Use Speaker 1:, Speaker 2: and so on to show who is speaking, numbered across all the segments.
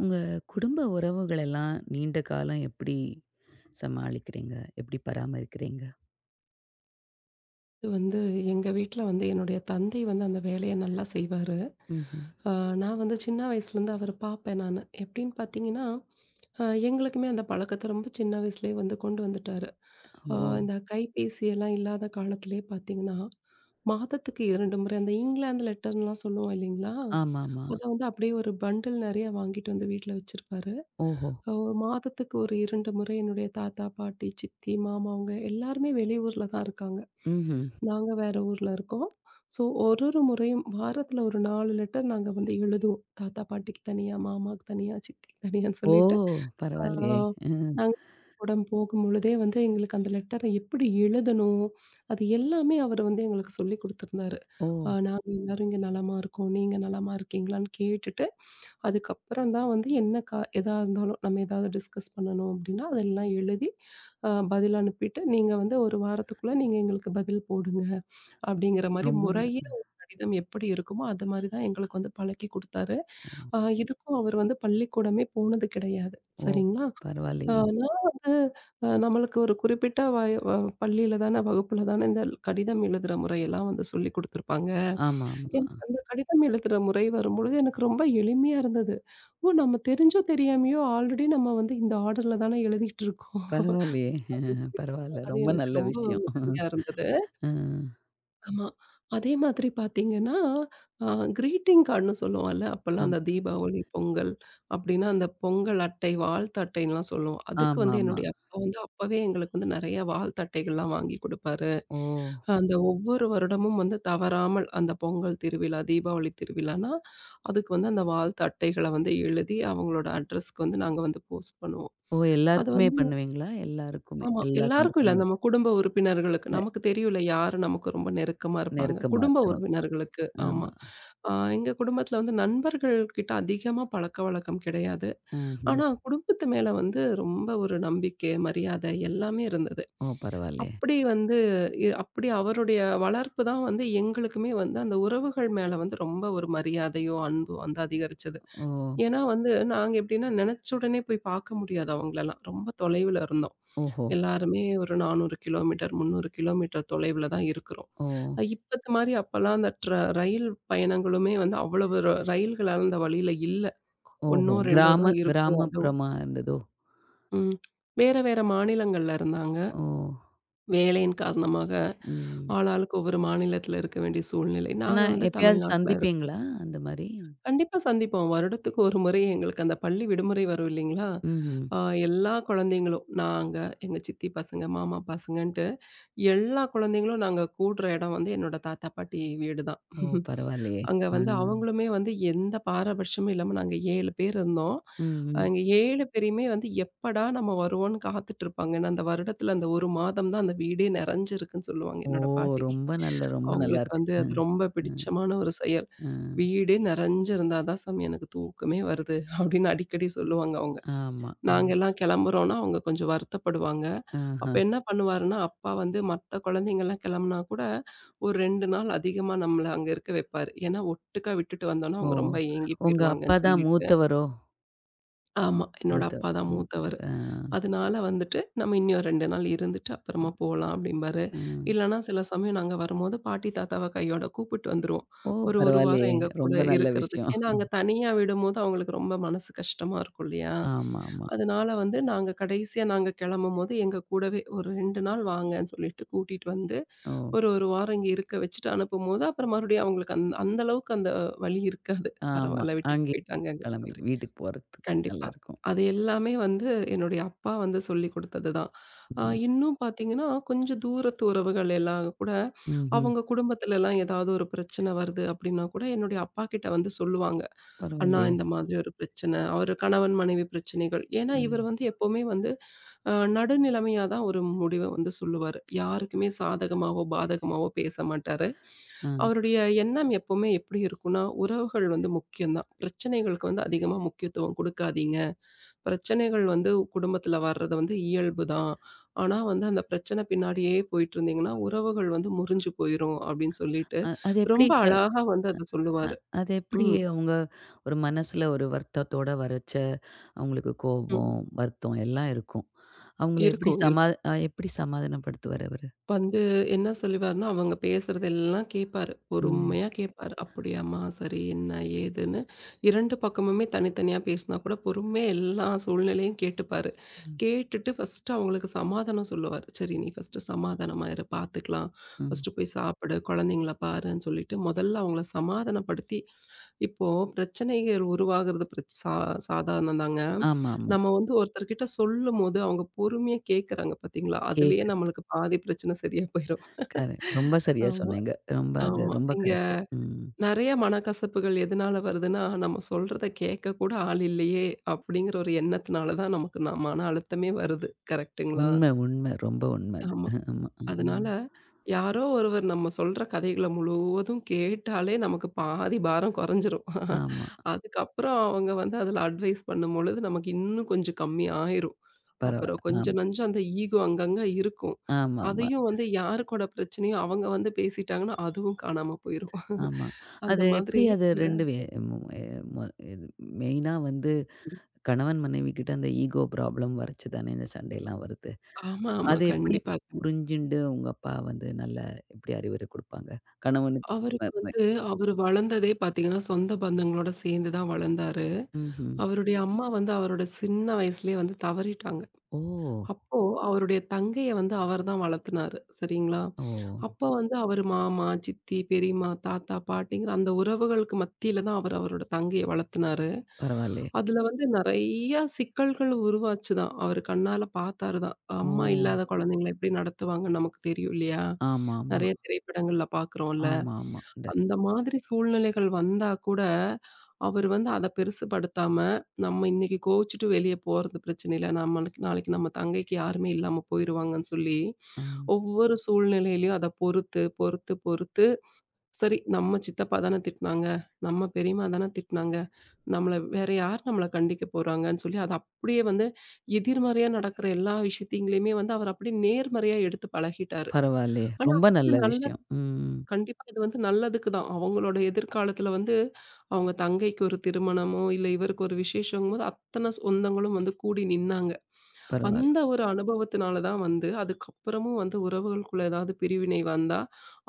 Speaker 1: உங்க குடும்ப உறவுகளெல்லாம் நீண்ட காலம் எப்படி சமாளிக்கிறீங்க? எப்படி பராமரிக்கிறீங்க?
Speaker 2: இது வந்து எங்க வீட்ல வந்து என்னுடைய தந்தை வந்து அந்த வேலைய நல்லா செய்வாரு.
Speaker 1: ம்ஹ்ம்.
Speaker 2: அ நான் வந்து சின்ன வயசுலேருந்து அவர பார்ப்பேன் நானு. எப்படின்னு பார்த்தீங்கன்னா, எங்களுக்குமே அந்த பழக்கத்த ரொம்ப சின்ன வயசுலயே வந்து கொண்டு வந்துட்டாரு. அ
Speaker 1: ஓ!
Speaker 2: இந்த கைபேசி எல்லாம் இல்லாத காலத்திலேயே பார்த்தீங்கன்னா, மாதத்துக்கு 2 முறை அந்த இங்கிலாந்து லெட்டர்ன்லாம் சொல்லுவோம் இல்லைங்களா?
Speaker 1: ஆமாமா.
Speaker 2: அத வந்து அப்படியே ஒரு பண்டில் நெறைய வாங்கிட்டு வந்து வீட்ல வச்சிருப்பாரு.
Speaker 1: ஓஹோ!
Speaker 2: ஒரு மாதத்துக்கு ஒரு 2 முறை என்னுடைய தாத்தா, பாட்டி, சித்தி, மாமா அவங்க எல்லாருமே வெளியூர்ல தான் இருக்காங்க.
Speaker 1: ம்ஹ்ம்.
Speaker 2: நாங்க வேற ஊர்ல இருக்கோம். ஸோ ஒரு ஒரு முறையும் வாரத்துல ஒரு 4 லெட்டர் நாங்க வந்து எழுதுவோம். தாத்தா, பாட்டிக்கு தனியா, மாமாவுக்கு தனியா, சித்திக்கு தனியான்னு
Speaker 1: ஓ!
Speaker 2: சொல்லிட்டு. ஆ
Speaker 1: பரவாயில்லையே! ம்.
Speaker 2: நாங்க கூட போகும்பொழுதே வந்து எங்களுக்கு அந்த லெட்டர எப்படி எழுதணும்? அது எல்லாமே அவரு வந்து எங்களுக்கு சொல்லிக் குடுத்திருந்தாரு.
Speaker 1: ஓ!
Speaker 2: நாங்க எல்லாரும் இங்க நலமா இருக்கோம். நீங்க நலமா இருக்கீங்களான்னு கேட்டுட்டு, அதுக்கப்புறம் தான் வந்து என்ன எதா இருந்தாலும் நம்ம ஏதாவது டிஸ்கஸ் பண்ணணும் அப்படின்னா, அதெல்லாம் எழுதி பதில் அனுப்பிட்டு, "நீங்க வந்து 1 வாரத்துக்குள்ள நீங்க எங்களுக்கு பதில் போடுங்க." அப்படிங்கிற மாரி
Speaker 1: ரொம்ப
Speaker 2: முறையா
Speaker 1: ந
Speaker 2: ஒரு கடிதம் எப்படி இருக்குமோ, அது மாரி தான் எங்களுக்கு வந்து பழக்கி குடுத்தாரு.
Speaker 1: ஓ!
Speaker 2: இதுக்கும் அவர் வந்து பள்ளிக்கூடமே போனது கிடையாது.
Speaker 1: ஓ!
Speaker 2: சரிங்களா? அ
Speaker 1: பரவாயில்லையே!
Speaker 2: நான் வந்து நம்மளுக்கு ஒரு குறிப்பிட்ட வய வ பள்ளியில தான, வகுப்புல தான இந்த கடிதம் எழுதுற முறையெல்லாம் வந்து சொல்லிக் குடுத்துருப்பாங்க.
Speaker 1: ஆமாமா.
Speaker 2: எனக்கு அந்த கடிதம் எழுதுற முறை வரும்பொழுது எனக்கு ரொம்ப எளிமையா இருந்தது. ஓ! நம்ம தெரிஞ்சோ தெரியாமயோ ஆல்ரெடி நம்ம வந்து இந்த ஆர்டர்ல தான எழுதிட்டு இருக்கோம்.
Speaker 1: பரவாயில்லையே!
Speaker 2: அப்படின்னு சொல்லி
Speaker 1: பரவாயில்ல.
Speaker 2: அது
Speaker 1: ரொம்ப
Speaker 2: எனக்கு
Speaker 1: நல்ல
Speaker 2: ரொம்ப
Speaker 1: விஷயம்.
Speaker 2: உதவியா இருந்தது.
Speaker 1: அ.
Speaker 2: ஆமா. அதே மாதிரி பார்த்தீங்கன்னா, அ கிரீட்டிங் கார்டுன்னு சொல்லுவோம்ல. அப்பலாம்
Speaker 1: ஆம்.
Speaker 2: அந்த தீபாவளி, பொங்கல் அப்டின்னா, அந்த பொங்கல் அட்டை, வாழ்த்து அட்டைன்லாம் சொல்லுவோம். அதுக்கு வந்து
Speaker 1: ஆமாமா.
Speaker 2: என்னுடைய அப்பா வந்து அப்பவே எங்களுக்கு வந்து நெறைய வாழ்த்து அட்டைகள்லாம் வாங்கி குடுப்பாரு.
Speaker 1: ஓ!
Speaker 2: அந்த ஒவ்வொரு வருடமும் வந்து தவறாமல் அந்த பொங்கல் திருவிழா, தீபாவளி திருவிழான்னா, அதுக்கு வந்து அந்த வாழ்த்து அட்டைகள வந்து எழுதி, அவங்களோட அட்ரஸ்க்கு வந்து நாங்க வந்து போஸ்ட் பண்ணுவோம்.
Speaker 1: ஓ!
Speaker 2: அது
Speaker 1: எல்லாருக்குமே
Speaker 2: வந்து
Speaker 1: பண்ணுவீங்களா? எல்லாருக்குமே.
Speaker 2: ஆமா.
Speaker 1: எல்லா
Speaker 2: எல்லாருக்கும் இல்ல.
Speaker 1: சொந்தக்காரங்களும்.
Speaker 2: நம்ம குடும்ப உறுப்பினர்களுக்கு.
Speaker 1: நெ
Speaker 2: நமக்கு தெரியும்ல யாரு நமக்கு ரொம்ப நெருக்கமா இருப்பாங்க.
Speaker 1: நெருக்கமா
Speaker 2: குடும்ப
Speaker 1: இருக்கிறோம்.
Speaker 2: உறவினர்களுக்கு. ஆமா.
Speaker 1: ஆமா.
Speaker 2: ஆ எங்க குடும்பத்தில வந்து நண்பர்கள் கிட்ட அதிகமா பழக்கவழக்கம் கிடையாது.
Speaker 1: ம்ஹ்ம்.
Speaker 2: ஆனா குடும்பத்து மேல வந்து ரொம்ப ஒரு நம்பிக்கை, மரியாதை எல்லாமே இருந்தது.
Speaker 1: ஓ! பரவாயில்லையே.
Speaker 2: அப்படி வந்து அப்படி அவருடைய வளர்ப்பு தான் வந்து எங்களுக்குமே வந்து அந்த உறவுகள் மேல வந்து ரொம்ப ஒரு மரியாதையோ, அன்போ வந்து அதிகரிச்சது.
Speaker 1: ஓ!
Speaker 2: ஏன்னா வந்து நாங்க எப்படின்னா நெனச்ச உடனே போய் பார்க்க முடியாது அவங்களலாம். ரொம்ப தொலைவுல இருந்தோம்.
Speaker 1: ஓஹோ!
Speaker 2: எல்லாருமே ஒரு 400 கிலோமீட்டர், 300 கிலோமீட்டர் தொலைவுல தான் இருக்கிறோம்.
Speaker 1: ஓ!
Speaker 2: இப்பத்து மாரி அப்பலாம் அந்த ரயில் பயணங்களுமே வந்து அவ்வளவு ரயில்கள் அந்த வழியில இல்ல.
Speaker 1: ஓஹோ!
Speaker 2: 1ஓ 2ஓ
Speaker 1: கிராம
Speaker 2: தான் இருக்கும்.
Speaker 1: கிராமப்புறமா இருந்ததோ!
Speaker 2: ம். வேற வேற மாநிலங்கள்ல இருந்தாங்க.
Speaker 1: ஓ!
Speaker 2: வேலையின் காரணமாக
Speaker 1: ம்.
Speaker 2: ஆளாளுக்கு ஒவ்வொரு மாநிலத்தில இருக்க வேண்டிய சூழ்நிலை.
Speaker 1: ஆனா
Speaker 2: நாங்க வந்து
Speaker 1: எப்பயாவது
Speaker 2: தமிழ்நாட்ல இருக்கோம்.
Speaker 1: சந்திப்பீங்களா? அந்த மாரி?
Speaker 2: கண்டிப்பா சந்திப்போம். வருடத்துக்கு ஒரு முறை எங்களுக்கு அந்த பள்ளி விடுமுறை வரும் இல்லைங்களா?
Speaker 1: ம்ஹ்ம்.
Speaker 2: ஆ எல்லா குழந்தைங்களும் நாங்க, எங்க சித்தி பசங்க, மாமா பசங்கன்ட்டு எல்லா குழந்தைங்களும் நாங்க கூடுற இடம் வந்து என்னோட தாத்தா, பாட்டி வீடு தான்.
Speaker 1: ஓ! பரவாயில்லையே.
Speaker 2: அங்க
Speaker 1: ஆ.
Speaker 2: வந்து அவங்களுமே வந்து எந்த பாரபட்சமும் இல்லாம நாங்க 7 பேர் இருந்தோம்.
Speaker 1: ம்ஹ்ம்.
Speaker 2: அங்க 7 பேரையுமே வந்து எப்படா நம்ம வருவோம்ன்னு காத்துட்ருப்பாங்க. ஏன்னா, அந்த வருடத்துல அந்த 1 மாதம் தான் அந்த வீடே நெறஞ்சிருக்குன்னு சொல்லுவாங்க
Speaker 1: ஓ!
Speaker 2: என்னோட பாட்டி.
Speaker 1: ரொம்ப நல்ல ரொம்ப
Speaker 2: அவங்களுக்கு
Speaker 1: நல்லாருக்கு.
Speaker 2: வந்து அது
Speaker 1: ம்.
Speaker 2: ரொம்ப
Speaker 1: ம்.
Speaker 2: பிடிச்சமான ஒரு செயல்.
Speaker 1: ம்.
Speaker 2: "வீடே நெறஞ்சிருந்தா தான் சாமி எனக்கு தூக்கமே வருது" அப்படின்னு அடிக்கடி சொல்லுவாங்க அவங்க.
Speaker 1: ஆமா. ம்.
Speaker 2: நாங்கலாம் கிளம்புறோம்னா அவங்க கொஞ்சம் வருத்தப்படுவாங்க. அப்ப
Speaker 1: ஆஹா.
Speaker 2: என்ன பண்ணுவாருன்னா, அப்பா வந்து மத்த குழந்தைங்கலாம் கிளம்புனா கூட, ஒரு 2 நாள் அதிகமா நம்மள அங்க இருக்க வைப்பாரு. ஏன்னா, ஒட்டுக்கா விட்டுட்டு வந்தோம்னா,
Speaker 1: ஓ!
Speaker 2: அவங்க ரொம்ப ஏங்கி
Speaker 1: உங்க அப்பா
Speaker 2: போயிருவாங்கன்னு
Speaker 1: தான்
Speaker 2: சொல்லிட்டு.
Speaker 1: மூத்தவரோ?
Speaker 2: ஆமா. என்னோட அப்பா
Speaker 1: மூத்தவர்
Speaker 2: தான்
Speaker 1: மூத்தவர்.
Speaker 2: மூத்தவரு.
Speaker 1: ஆ.
Speaker 2: அதனால வந்துட்டு, "நம்ம இன்னும் 2 நாள் இருந்துட்டு அப்புறமா போலாம்" அப்படிம்பாரு.
Speaker 1: ம்.
Speaker 2: இல்லன்னா சில சமயம் நாங்க வரும்போது பாட்டி, தாத்தாவ கையோட கூப்பிட்டு வந்துருவோம்.
Speaker 1: ஓ!
Speaker 2: ஒரு 1 வாரம்
Speaker 1: பரவாயில்லையே.
Speaker 2: எங்க கூட
Speaker 1: ரொம்ப நல்ல
Speaker 2: இருக்கிறதுக்கு.
Speaker 1: விஷயம்.
Speaker 2: ஏன்னா அங்க தனியா விடும்போது அவங்களுக்கு ரொம்ப மனசு கஷ்டமா இருக்கும் இல்லையா?
Speaker 1: ஆமாமா.
Speaker 2: அதனால வந்து நாங்க கடைசியா நாங்க கிளம்பும்போது எங்க கூடவே ஒரு 2 நாள் வாங்கன்னு சொல்லிட்டு கூட்டிட்டு வந்து,
Speaker 1: ஓ!
Speaker 2: ஒரு 1 வாரம் இங்க இருக்க வச்சுட்டு அனுப்பும்போது, அப்புறம் மறுபடியும் அவங்களுக்கு அந்த அந்த அளவுக்கு அந்த வலி இருக்காது.
Speaker 1: ஆமா.
Speaker 2: பரவால்ல விட்டுட்டு
Speaker 1: அங்கே
Speaker 2: போயிட்டாங்கங்கிற
Speaker 1: கிளம்பி
Speaker 2: மாதிரி.
Speaker 1: வீட்டுக்கு போறதுக்கு
Speaker 2: கண்டிப்பா.
Speaker 1: நல்லாருக்கும்.
Speaker 2: அது எல்லாமே வந்து என்னுடைய அப்பா வந்து சொல்லிக் குடுத்தது தான்.
Speaker 1: ம்.
Speaker 2: இன்னும் பார்த்தீங்கன்னா, கொஞ்சம் தூரத்து உறவுகள் எல்லாம் கூட,
Speaker 1: ம்ஹ்ம்.
Speaker 2: அவங்க குடும்பத்துலலாம் ஏதாவது ஒரு பிரச்சனை வருது அப்படின்னா கூட, என்னுடைய அப்பா கிட்ட வந்து சொல்லுவாங்க. அண்ணா
Speaker 1: பரவாயில்லையே!
Speaker 2: இந்த மாதிரி ஒரு பிரச்சனை. அவரு கணவன், மனைவி பிரச்சனைகள். ஏன்னா இவர்
Speaker 1: ம்.
Speaker 2: வந்து எப்பவுமே வந்து நடுநிலைமையா தான் ஒரு முடிவ வந்து சொல்லுவாரு. யாருக்குமே சாதகமாவோ, பாதகமாவோ பேச மாட்டாரு.
Speaker 1: ஆ.
Speaker 2: அவருடைய எண்ணம் எப்பவுமே எப்படி இருக்கும்னா, உறவுகள் வந்து முக்கியம் தான். பிரச்சனைகளுக்கு வந்து அதிகமா முக்கியத்துவம் குடுக்காதீங்க. பிரச்சனைகள் வந்து குடும்பத்துல வர்றது வந்து இயல்பு தான். ஆனா வந்து அந்த பிரச்சனை பின்னாடியே போயிட்டுருந்தீங்கன்னா, உறவுகள் வந்து முறிஞ்சு போயிரும் அப்படின்னு சொல்லிட்டு,
Speaker 1: அது எப்படி
Speaker 2: ரொம்ப
Speaker 1: இப்ப?
Speaker 2: அழகா வந்து அத
Speaker 1: அ
Speaker 2: சொல்லுவாரு.
Speaker 1: அது எப்படி
Speaker 2: ம்,
Speaker 1: அவங்க ஒரு மனசுல ஒரு வருத்தத்தோட வரச்ச அவங்களுக்கு
Speaker 2: ம்.
Speaker 1: கோபம், வருத்தம் எல்லாம் இருக்கும். அவங்கள எப்படி
Speaker 2: இருக்கும்,
Speaker 1: சமா
Speaker 2: இருக்கும்.
Speaker 1: எப்படி சமாதானப்படுத்துவாரு அவரு?
Speaker 2: வந்து என்ன சொல்லுவாருன்னா, அவங்க பேசுறதெல்லாம் கேட்பாரு.
Speaker 1: ம்.
Speaker 2: பொறுமையா கேட்பாரு. அப்படியாம்மா, சரி, என்ன ஏதுன்னு 2 பக்கமுமே தனித்தனியா பேசினா கூட பொறுமையா எல்லா சூழ்நிலையும் கேட்டுப்பாரு.
Speaker 1: ம்.
Speaker 2: கேட்டுட்டு ஃபர்ஸ்ட்டு அவங்களுக்கு சமாதானம் சொல்லுவாரு. சரி நீ ஃபர்ஸ்ட்டு சமாதானமா இரு பார்த்துக்கலாம்.
Speaker 1: ம்.
Speaker 2: ஃபர்ஸ்ட்டு போய் சாப்பிடு, குழந்தைங்கள பாருன்னு சொல்லிட்டு முதல்ல அவங்கள சமாதானப்படுத்தி இப்போ பிரச்சனைகள் உருவாகிறது பிரச் சா சாதாரணம் தாங்க.
Speaker 1: ஆமாமா.
Speaker 2: நம்ம வந்து ஒருத்தர்கிட்ட சொல்லும்போது, அவங்க பொறுமையா கேட்கறாங்க பார்த்தீங்களா? அதுலயே
Speaker 1: கேட்கறது.
Speaker 2: நம்மளுக்கு பாதி பிரச்சனை சரியா போயிரும்.
Speaker 1: கரெக்ட். ரொம்ப சரியா
Speaker 2: ஆமா,
Speaker 1: சொன்னீங்க. ரொம்ப அது
Speaker 2: ஆமா.
Speaker 1: ரொம்ப
Speaker 2: இங்க
Speaker 1: கரெக்ட். ம்.
Speaker 2: நெறைய மனக்கசப்புகள் எதனால வருதுன்னா, நம்ம சொல்றத கேட்க கூட ஆள் இல்லையே! அப்படிங்கிற ஒரு எண்ணத்தினால தான் நமக்கு மன அழுத்தமே வருது. கரெக்ட்டுங்களா?
Speaker 1: உண்ம, உண்ம. ரொம்ப உண்ம அது.
Speaker 2: ஆமா.
Speaker 1: ஆமா.
Speaker 2: அதனால,
Speaker 1: ம்.
Speaker 2: யாரோ ஒருவர் நம்ம சொல்ற கதைகள முழுவதும் கேட்டாலே நமக்கு பாதி பாரம் கொறஞ்சிரும்.
Speaker 1: ஆமா.
Speaker 2: அதுக்கப்புறம் அவங்க வந்து அதில அட்வைஸ் பண்ணும்பொழுது நமக்கு இன்னும் கொஞ்சம் கம்மி ஆயிரும். அப்புறம்
Speaker 1: பரவால்ல.
Speaker 2: கொஞ்சம்
Speaker 1: ஆமா.
Speaker 2: நஞ்சம் அந்த ஈகோ அங்கங்க இருக்கும்.
Speaker 1: ஆமாமா,
Speaker 2: அதையும் வந்து யாரு கூட பிரச்சனையோ அவங்க வந்து பேசிட்டாங்கன்னா, அதுவும் காணாம போயிரும்.
Speaker 1: ஆமா.
Speaker 2: அந்த
Speaker 1: அது
Speaker 2: மாதிரி
Speaker 1: எப்படி அது
Speaker 2: இந்த
Speaker 1: 2 வே மு எ மொ இது மெயினா வந்து கணவன் மனைவிகிட்ட அந்த ஈகோ ப்ராப்ளம் வறச்சு தானே இந்த சண்டைலாம் வருது.
Speaker 2: ஆமா, ஆமா.
Speaker 1: அது எப்படி
Speaker 2: கண்டிப்பா. கண்டிப்பா.
Speaker 1: புரிஞ்சுண்டு உங்க அப்பா வந்து நல்ல எப்படி அறிவுரை குடுப்பாங்க? கணவனுக்கு
Speaker 2: அவருக்கு
Speaker 1: வ வ
Speaker 2: வந்து அவரு வளர்ந்ததே பார்த்தீங்கன்னா, சொந்த பந்தங்களோட சேர்ந்து தான் வளர்ந்தாரு.
Speaker 1: ம்ஹ்ம்.
Speaker 2: அவருடைய அம்மா வந்து அவரோட சின்ன வயசுலயே வந்து தவறிட்டாங்க.
Speaker 1: ஓ!
Speaker 2: அப்போ அவருடைய தங்கைய வந்து அவர் தான் வளர்த்துனாரு. சரிங்களா?
Speaker 1: ஓ!
Speaker 2: அப்போ வந்து அவரு மாமா, சித்தி, பெரியம்மா, தாத்தா, பாட்டிங்கிற அந்த உறவுகளுக்கு மத்தியில தான் அவர் அவரோட தங்கைய வளர்த்துனாரு.
Speaker 1: பரவாயில்லையே.
Speaker 2: அதுல வந்து நெறைய சிக்கல்கள் உருவாச்சு தான். அவரு கண்ணால பார்த்தாரு தான்.
Speaker 1: ஓ!
Speaker 2: அம்மா இல்லாத குழந்தைங்கள எப்படி நடத்துவாங்கன்னு நமக்கு தெரியும் இல்லையா?
Speaker 1: ஆமாமா,
Speaker 2: நெறைய திரைப்படங்கள்ல பார்க்குறோம்ல.
Speaker 1: ஆமாமா.
Speaker 2: அந்த மாதிரி சூழ்நிலைகள் வந்தா கூட, அவரு வந்து அத பெருசுபடுத்தாம, நம்ம இன்னைக்கு கோவிச்சுட்டு வெளிய போறது பிரச்சனை இல்ல. நம்மளுக்கு நாளைக்கு நம்ம தங்கைக்கு யாருமே இல்லாம போயிருவாங்கன்னு சொல்லி,
Speaker 1: ஆம்.
Speaker 2: ஒவ்வொரு சூழ்நிலையிலயும் அத பொறுத்து, பொறுத்து, பொறுத்து, சரி நம்ம சித்தப்பா தான திட்டுனாங்க, நம்ம பெரியம்மா தான திட்டுனாங்க, நம்மள வேற யார் நம்மள கண்டிக்க போறாங்கன்னு சொல்லி, அத அப்படியே வந்து எதிர்மறையா நடக்கிற எல்லா விஷயத்தையுமே வந்து அவர் அப்படியே நேர்மறையா எடுத்து பழகிட்டாரு.
Speaker 1: பரவாயில்லையே.
Speaker 2: ஆனா,
Speaker 1: ரொம்ப
Speaker 2: வந்து
Speaker 1: நல்ல
Speaker 2: நல்ல
Speaker 1: விஷயம். ம்.
Speaker 2: கண்டிப்பா இது வந்து நல்லதுக்கு தான். அவங்களோட எதிர்காலத்துல வந்து, அவங்க தங்கைக்கு ஒரு திருமணமோ, இல்ல இவருக்கு ஒரு விசேஷங்கும்போது, அத்தன சொந்தங்களும் வந்து கூடி நின்னாங்க.
Speaker 1: பரவால்ல,
Speaker 2: அந்த ஒரு அனுபவத்தினால தான் வந்து, அதுக்கப்புறமும் வந்து உறவுகளுக்குள்ள ஏதாவது பிரிவினை வந்தா,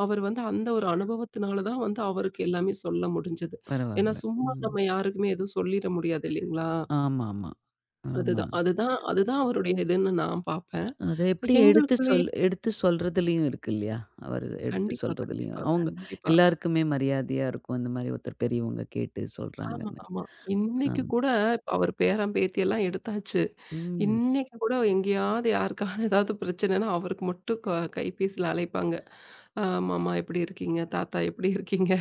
Speaker 2: அவர் வந்து அந்த ஒரு அனுபவத்தினால தான் வந்து அவருக்கு எல்லாமே சொல்ல முடிஞ்சது. ஏன்னா
Speaker 1: பரவால்ல.
Speaker 2: சும்மா
Speaker 1: ம்.
Speaker 2: நம்ம யாருக்குமே எதுவும் சொல்லிற முடியாது இல்லைங்களா?
Speaker 1: ஆமாமா, ஆமா.
Speaker 2: அதுதான்
Speaker 1: ஆமா.
Speaker 2: அதுதான் அதுதான் அவருடைய இதுன்னு நான் பார்ப்பேன்.
Speaker 1: அது எப்படி
Speaker 2: எங்களுக்குள்ளேயும்
Speaker 1: எடுத்து சொல்றதுலயும் இருக்கு இல்லையா? அவரு எடுத்து
Speaker 2: கண்டிப்பா,
Speaker 1: சொல்றதுலயும்.
Speaker 2: கண்டிப்பா,
Speaker 1: அவங்க
Speaker 2: கண்டிப்பா.
Speaker 1: எல்லாருக்குமே மரியாதையா இருக்கும். அந்த மாரி ஒருத்தர் பெரியவங்க கேட்டு
Speaker 2: ஆமா,
Speaker 1: சொல்றாங்கன்னு.
Speaker 2: ஆமா. இன்னைக்கு
Speaker 1: ஆமா.
Speaker 2: கூட இப்ப அவர் பேரன், பேத்தி எல்லாம் எடுத்தாச்சு.
Speaker 1: ம்.
Speaker 2: இன்னைக்கு கூட எங்கேயாவது யாருக்காவது ஏதாவது பிரச்சனைன்னா, அவருக்கு மட்டும் கைபேசியில அழைப்பாங்க. "அ மாமா எப்படி இருக்கீங்க? தாத்தா எப்படி இருக்கீங்க?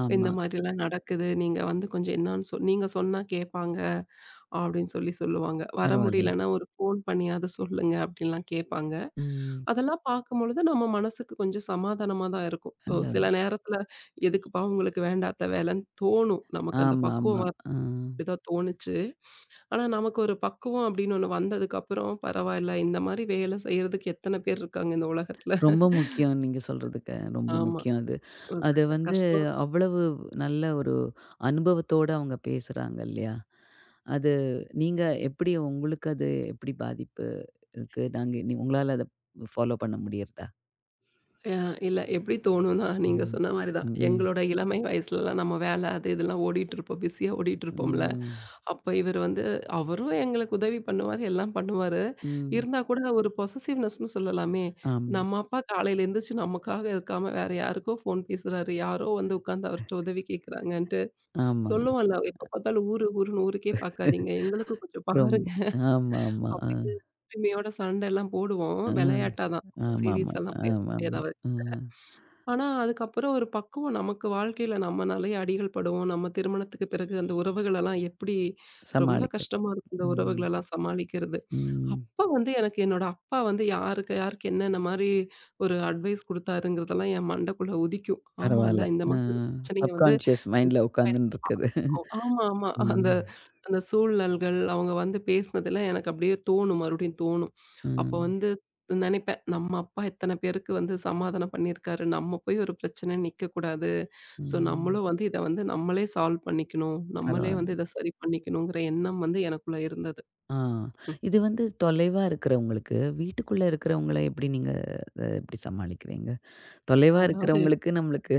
Speaker 1: ஆமா.
Speaker 2: இந்த மாதிரிலாம் நடக்குது. நீங்க வந்து கொஞ்சம் என்னான்னு நீங்க சொன்னா கேட்பாங்க." அப்படின்னு சொல்லி சொல்லுவாங்க. "வர
Speaker 1: பரவால்லை.
Speaker 2: முடியலன்னா ஒரு ஃபோன் பண்ணியாவது சொல்லுங்க." அப்படின்லாம் கேட்பாங்க.
Speaker 1: ம்.
Speaker 2: அதெல்லாம் பார்க்கும்பொழுது நம்ம மனசுக்கு கொஞ்சம் சமாதானமா தான் இருக்கும். ஓ
Speaker 1: இல்ல.
Speaker 2: சில நேரத்தில எதுக்குப்பா உங்களுக்கு வேண்டாத்த வேலைன்னு தோணும். நமக்கு அந்த
Speaker 1: ஆமா,
Speaker 2: பக்குவம்
Speaker 1: ஆமா.
Speaker 2: வர
Speaker 1: ஆ.
Speaker 2: அப்படிதான் தோணுச்சு. ஆனா நமக்கு ஒரு பக்குவம் அப்படின்னு ஒண்ணு வந்ததுக்கப்புறம், பரவாயில்ல இந்த மாரி வேலை செய்றதுக்கு எத்தன பேர் இருக்காங்க இந்த உலகத்துல.
Speaker 1: ரொம்ப முக்கியம் நீங்க சொல்றதுக்கு. ரொம்ப
Speaker 2: ஆமா.
Speaker 1: முக்கியம் அது.
Speaker 2: ஒரு
Speaker 1: அது வந்து
Speaker 2: கஷ்டம்.
Speaker 1: அவ்வளவு நல்ல ஒரு அனுபவத்தோட அவங்க பேசுறாங்க இல்லையா? அது நீங்க எப்படி உங்களுக்கு அது எப்படி பாதிப்பு இருக்கு? நாங்க நீ உங்களால அத ஃபாலோ பண்ண முடியறதா?
Speaker 2: அ இல்ல எப்படி தோணும்னா, நீங்க
Speaker 1: ம்.
Speaker 2: சொன்ன மாரி தான்.
Speaker 1: ம்.
Speaker 2: எங்களோட இளமை வயசுலலாம் நம்ம வேலை அது இதெல்லாம் ஓடிட்டு இருப்போம். பிஸியா ஓடிட்டு இருப்போம்ல.
Speaker 1: ம்.
Speaker 2: அப்ப இவர் வந்து அவரும் எங்களுக்கு உதவி பண்ணுவாரு, எல்லாம் பண்ணுவாரு.
Speaker 1: ம்.
Speaker 2: இருந்தா கூட ஒரு பொசசிவ்னஸ்ன்னு சொல்லலாமே.
Speaker 1: ஆமா.
Speaker 2: நம்ம அப்பா காலையில எந்திரிச்சு நமக்காக இருக்காம வேற யாருக்கோ ஃபோன் பேசுறாரு, யாரோ வந்து உட்கார்ந்து அவர்ட்ட உதவி கேட்கறாங்கன்ட்டு
Speaker 1: ஆமா.
Speaker 2: சொல்லுவோம்ல, எப்ப பார்த்தாலும் ஊரு ஊருன்னு ஊருக்கே பார்க்காதீங்க. எங்களுக்கும் கொஞ்சம்
Speaker 1: ரொம்ப.
Speaker 2: பாருங்க
Speaker 1: ஆமாமா. அ.
Speaker 2: அப்படின்னு உரிமையோட சண்டைலாம் போடுவோம்.
Speaker 1: அ.
Speaker 2: விளையாட்டா தான்.
Speaker 1: ஆமாமா.
Speaker 2: சீரியஸா எல்லாம் பேச முடியாது
Speaker 1: ஆமாமா.
Speaker 2: அவரு.
Speaker 1: அ.
Speaker 2: ஆனா அதுக்கப்புறம் ஒரு பக்குவம் நமக்கு வாழ்க்கையில நம்ம நெறைய அடிகள் படுவோம். நம்ம திருமணத்துக்கு பிறகு அந்த உறவுகளெல்லாம் எப்படி ரொம்ப
Speaker 1: சமாளிக்கிறது.
Speaker 2: கஷ்டமா இருக்கும் இந்த
Speaker 1: ம்.
Speaker 2: உறவுகளெல்லாம் சமாளிக்கிறது.
Speaker 1: ம்.
Speaker 2: அப்ப வந்து எனக்கு என்னோட அப்பா வந்து யாருக்கு யாருக்கு என்னென்ன மாரி ஒரு அட்வைஸ் குடுத்தாருங்கிறதெல்லாம் என் மண்டைக்குள்ள உதிக்கும்.
Speaker 1: பரவால்ல.
Speaker 2: ஆமால்ல இந்த
Speaker 1: அ.
Speaker 2: மாதிரி ஒரு பிரச்சனைய வந்து
Speaker 1: சப்கான்ஷியஸ் மைண்ட்ல உட்காந்துன்னு இருக்குது.
Speaker 2: ஆமா, ஆமா. அந்த
Speaker 1: ம்.
Speaker 2: அந்த சூழல்கள், அவங்க வந்து பேசினதெல்லாம் எனக்கு அப்படியே தோணும், மறுபடியும் தோணும். அப்போ
Speaker 1: ம்.
Speaker 2: வந்து நெனைப்பேன், நம்ம அப்பா இத்தன பேருக்கு வந்து சமாதானம் பண்ணியிருக்காரு. நம்ம போய் ஒரு பிரச்சனைல நிக்கக்கூடாது. ஸோ,
Speaker 1: ம்.
Speaker 2: நம்மளும் வந்து இத வந்து நம்மளே சால்வ் பண்ணிக்கணும். நம்மளே வந்து
Speaker 1: பரவால்ல.
Speaker 2: இத சரி பண்ணிக்கணுங்கிற எண்ணம் வந்து எனக்குள்ள இருந்தது.
Speaker 1: ஆ.
Speaker 2: ம்.
Speaker 1: இது வந்து தொலைவா இருக்கிறவங்களுக்கு, வீட்டுக்குள்ள இருக்கிறவங்கள எப்படி நீங்க அத எப்படி சமாளிக்கிறீங்க? தொலைவா
Speaker 2: அதாவது
Speaker 1: இருக்கிறவங்களுக்கு நம்மளுக்கு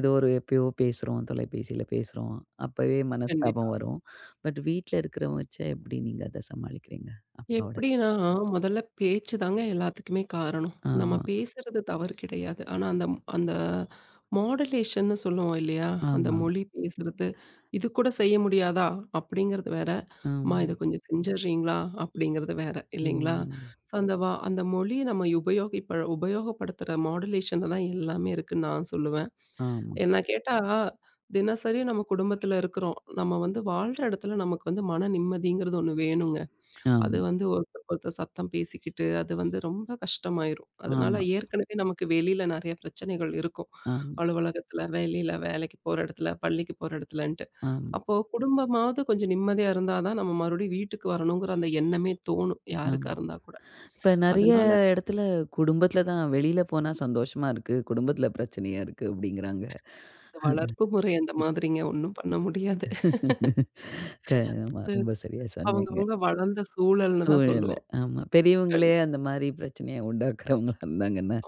Speaker 1: ஏதோ ஒரு எப்பயோ பேசுறோம், தொலைபேசியில பேசுறோம். அப்பவே
Speaker 2: கண்டிப்பா.
Speaker 1: மனஸ்தாபம் வரும். பட் வீட்ல இருக்கிறவங்க வச்சா எப்படி நீங்க அத சமாளிக்கிறீங்க? அப்பாவோட.
Speaker 2: எப்படின்னா, முதல்ல பேச்சு தாங்க எல்லாத்துக்குமே காரணம். நம்ம
Speaker 1: ஆமா,
Speaker 2: பேசுறது தவறு கிடையாது. ஆனா, அந்த அந்த மாடுலேஷன்னு சொல்லுவோம் இல்லையா? அந்த
Speaker 1: ஆமா.
Speaker 2: மொழி பேசுறது, "இது கூட செய்ய முடியாதா?" அப்படிங்கிறது வேற. "அம்மா இத
Speaker 1: ம்,
Speaker 2: கொஞ்சம் செஞ்சர்றீங்களா?" அப்படிங்கிறது வேற இல்லைங்களா?
Speaker 1: ம்.
Speaker 2: ஸோ அந்த அந்த மொழிய நம்ம உபயோகப்படுத்துற மாடுலேஷன்ல தான் எல்லாமே இருக்குன்னு நான் சொல்லுவேன்.
Speaker 1: ஆமா,
Speaker 2: என்ன கேட்டா, தினசரி நம்ம குடும்பத்தில இருக்கிறோம். நம்ம வந்து வாழ்ற இடத்துல நமக்கு வந்து மன நிம்மதிங்கிறது ஒண்ணு வேணுங்க. அது
Speaker 1: ஆமா,
Speaker 2: வந்து ஒருத்தருக்கு ஒருத்தர் சத்தம் பேசிக்கிட்டு, அது வந்து ரொம்ப கஷ்டமாயிரும். அதனால
Speaker 1: ஆமா,
Speaker 2: ஏற்கனவே நமக்கு வெளியில நெறைய பிரச்சனைகள் இருக்கும்.
Speaker 1: ஆமா,
Speaker 2: அலுவலகத்துல, வெளியில வேலைக்கு போற இடத்துல, பள்ளிக்கு போற இடத்துலன்ட்டு.
Speaker 1: ஆமா,
Speaker 2: அப்போ குடும்பமாவது கொஞ்சம் நிம்மதியா இருந்தா தான் நம்ம மறுபடியும் வீட்டுக்கு வரணுங்கிற அந்த எண்ணமே தோணும்,
Speaker 1: ஆமா.
Speaker 2: யாருக்கா இருந்தா கூட.
Speaker 1: இப்ப நெறைய
Speaker 2: அதனால
Speaker 1: இடத்துல குடும்பத்தில தான் வெளியில போனா சந்தோஷமா இருக்கு. குடும்பத்தில பிரச்சனையா இருக்கு அப்படிங்கிறாங்க.
Speaker 2: இந்த வளர்ப்பு முறை அந்த மாதிரிங்க. ஒண்ணும் பண்ண முடியாது.
Speaker 1: க ஆமா
Speaker 2: அது
Speaker 1: ரொம்ப சரியா சொன்னீங்க.
Speaker 2: அவங்கவங்க வளர்ந்த சூழல்னு தான்
Speaker 1: சூழலு.
Speaker 2: சொல்லுவோம்.
Speaker 1: ஆமா. பெரியவங்களே
Speaker 2: கண்டிப்பா.
Speaker 1: அந்த மாரி பிரச்சனைய உண்டாக்குறவங்களா இருந்தாங்கன்னா,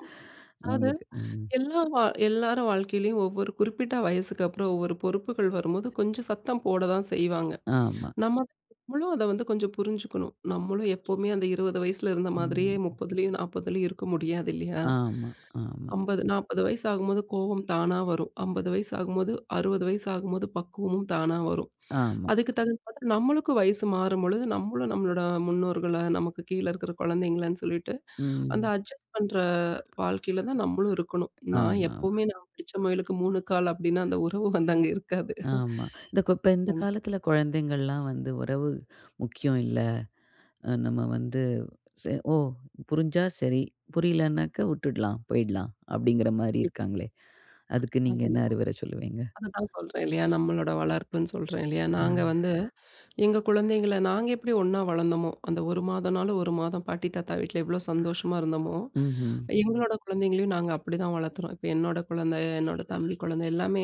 Speaker 2: அது
Speaker 1: அவங்களுக்கு. ம்.
Speaker 2: எல்லா வா எல்லார் வாழ்க்கையிலயும் ஒவ்வொரு குறிப்பிட்ட வயசுக்கு அப்புறம் ஒவ்வொரு பொறுப்புகள் வரும்போது கொஞ்சம் சத்தம் போட தான் செய்வாங்க.
Speaker 1: ஆமா.
Speaker 2: நம்ம நம்மளும் அத வந்து கொஞ்சம் புரிஞ்சுக்கணும். நம்மளும் எப்பவுமே அந்த 20 வயசுல இருந்த மாதிரியே
Speaker 1: ம்.
Speaker 2: 30லயும், 40லயும் இருக்க முடியாது இல்லையா?
Speaker 1: ஆமா, ஆமா,
Speaker 2: 50 40 வயசு ஆகும்போது கோவம் தானா வரும். 50 வயசு ஆகும்போது 60 வயசு ஆகும்போது பக்குவமும் தானா வரும்.
Speaker 1: ஆமா.
Speaker 2: அதுக்கு தகுந்த மாதிரி நம்மளுக்கும் வயசு மாறும்பொழுது நம்மளும் நம்மளோட முன்னோர்கள, நமக்கு கீழ இருக்கிற குழந்தைங்களன்னு சொல்லிட்டு அந்த
Speaker 1: ம்.
Speaker 2: அட்ஜஸ்ட் பண்ற வாழ்க்கையில தான் நம்மளும் இருக்கணும். நான்
Speaker 1: ஆமா,
Speaker 2: எப்பவுமே நான் பிடிச்ச முயலுக்கு 3 கால் அப்டின்னா, அந்த உறவு வந்து அங்க இருக்காது.
Speaker 1: ஆமா. இந்த கு இப்ப இந்த
Speaker 2: கண்டிப்பா.
Speaker 1: காலத்துல குழந்தைங்கள்லாம் வந்து உறவு முக்கியம் இல்ல. அ நம்ம வந்து ஓ! புரிஞ்சா சரி, புரியலனாக்க விட்டுடலாம், போயிடலாம் அப்படிங்கிற மாரி இருக்காங்களே. அதுக்கு நீங்க என்ன
Speaker 2: அதுதான்.
Speaker 1: அறிவுரை சொல்லுவீங்க?
Speaker 2: அதுதான் சொல்றேன் இல்லையா? நம்மளோட வளர்ப்புன்னு சொல்றேன் இல்லையா? நாங்க
Speaker 1: ம்.
Speaker 2: வந்து எங்க குழந்தைங்கள நாங்க எப்படி ஒண்ணா வளர்ந்தோமோ, அந்த 1 மாதம்னாலும் 1 மாதம் பாட்டி, தாத்தா வீட்ல எவ்வளோ சந்தோஷமா இருந்தோமோ,
Speaker 1: ம்ஹ்ம்.
Speaker 2: எங்களோட குழந்தைங்களையும் நாங்க அப்படிதான் வளர்த்துறோம். இப்ப என்னோட குழந்தை, என்னோட தம்பி குழந்தை எல்லாமே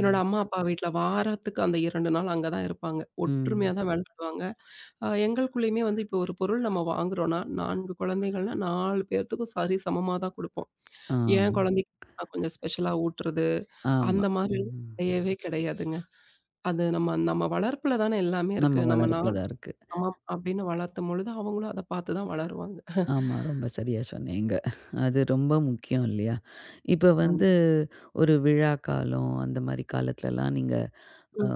Speaker 2: என்னோட அம்மா, அப்பா வீட்ல வாரத்துக்கு அந்த 2 நாள் அங்க தான் இருப்பாங்க. ஒற்றுமையா
Speaker 1: ம்.
Speaker 2: தான் விளையாடுவாங்க. எங்களுக்குள்ளயுமே வந்து இப்போ ஒரு பொருள் நம்ம வாங்குறோம்னா, 4 குழந்தைகள்னா 4 பேர்த்துக்கும் சரி சமமா தான் குடுப்போம். என்
Speaker 1: ஆமா,
Speaker 2: குழந்தைக்கு நான் கொஞ்சம் ஸ்பெஷலா ஊட்டுறது,
Speaker 1: ஆமா.
Speaker 2: அந்த மாதிரி எல்லாம்
Speaker 1: ம்.
Speaker 2: கிடையவே கிடையாதுங்க. அது நம்ம நம்ம வளர்ப்புல தானே எல்லாமே இருக்கு.
Speaker 1: நம்ம
Speaker 2: நம்ம
Speaker 1: வளர்ப்புல
Speaker 2: 4
Speaker 1: தான் இருக்கு.
Speaker 2: சமம் அப்படின்னு வளர்த்தும் பொழுது, அவங்களும் அத பார்த்து தான் வளருவாங்க.
Speaker 1: ஆமா, ரொம்ப சரியா சொன்னீங்க. அது ரொம்ப முக்கியம் இல்லையா? இப்ப வந்து
Speaker 2: கண்டிப்பா.
Speaker 1: ஒரு விழா காலம் அந்த மாரி காலத்துலலாம் நீங்க அ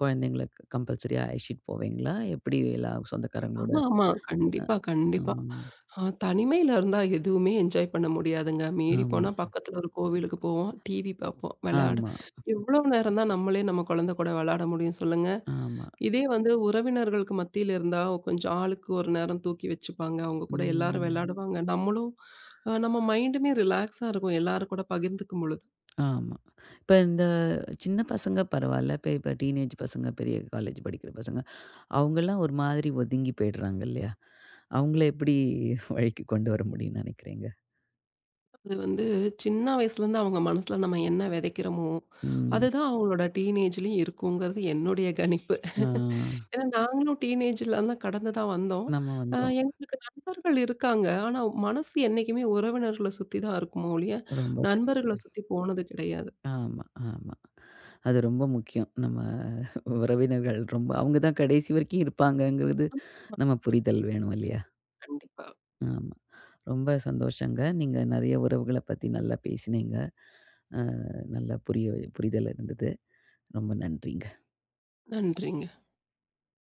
Speaker 1: குழந்தைங்கள கம்பல்சரியா அழைச்சிட்டு போவீங்களா? எப்படி எல்லா சொந்தக்காரங்களோட?
Speaker 2: ஆமா, ஆமா. கண்டிப்பா, கண்டிப்பா.
Speaker 1: ம்.
Speaker 2: தனிமையில இருந்தா எதுவுமே என்ஜாய் பண்ண முடியாதுங்க. மீறி
Speaker 1: ஆமா,
Speaker 2: போனா பக்கத்துல ஒரு கோவிலுக்கு போவோம், டிவி பார்ப்போம், விளையாட
Speaker 1: ஆமா,
Speaker 2: எவ்வளோ நேரம் தான் நம்மளே நம்ம குழந்தை கூட விளையாட முடியும் சொல்லுங்க?
Speaker 1: ஆமா.
Speaker 2: இதே வந்து உறவினர்களுக்கு மத்தியில இருந்தா கொஞ்சம் ஆளுக்கு ஒரு நேரம் தூக்கி வச்சுப்பாங்க. அவங்க கூட எல்லாரும்
Speaker 1: ம்.
Speaker 2: விளையாடுவாங்க. நம்மளும் நம்ம மைண்டுமே ரிலாக்ஸா இருக்கும் எல்லாரு கூட பகிர்ந்துக்கும் பொழுது.
Speaker 1: ஆமா. இப்ப இந்த சின்ன பசங்க பரவால்ல. இப்ப இப்ப டீனேஜ் பசங்க, பெரிய காலேஜ் படிக்கிற பசங்க, அவங்கலாம் ஒரு மாதிரி ஒதுங்கி போயிடுறாங்க இல்லையா? அவங்கள எப்படி வழிக்கு கொண்டு வர முடியும்னு நினைக்கிறீங்க?
Speaker 2: அது வந்து சின்ன வயசுலேருந்து அவங்க மனசுல நம்ம என்ன விதைக்கிறோமோ,
Speaker 1: ம்.
Speaker 2: அதுதான் அவங்களோட டீனேஜ்லயும் இருக்குங்கிறது என்னுடைய கணிப்பு.
Speaker 1: ஆ,
Speaker 2: ஏன்னா நாங்களும் டீனேஜ்ல தான் கடந்து தான் வந்தோம்.
Speaker 1: நம்ம
Speaker 2: அ
Speaker 1: வந்தோம்.
Speaker 2: எங்களுக்கு நண்பர்கள் இருக்காங்க. ஆனா மனசு என்னைக்குமே உறவினர்கள சுத்தி தான் இருக்குமோ ஒழிய,
Speaker 1: ரொம்ப சரியா
Speaker 2: நண்பர்கள
Speaker 1: சொன்னீங்க.
Speaker 2: சுத்தி போனது கிடையாது.
Speaker 1: ஆமா, ஆமா. அது ரொம்ப முக்கியம். நம்ம உறவினர்கள் ரொம்ப அவங்க தான் கடைசி வரைக்கும் இருப்பாங்கங்கிறது நம்ம புரிதல் வேணும் இல்லையா?
Speaker 2: கண்டிப்பா.
Speaker 1: ஆமா. ரொம்ப சந்தோஷங்க. நீங்க நெறைய உறவுகள பத்தி நல்லா பேசினீங்க. அ நல்லா புரிய புரிதல் இருந்தது. ரொம்ப நன்றிங்க.
Speaker 2: நன்றிங்க.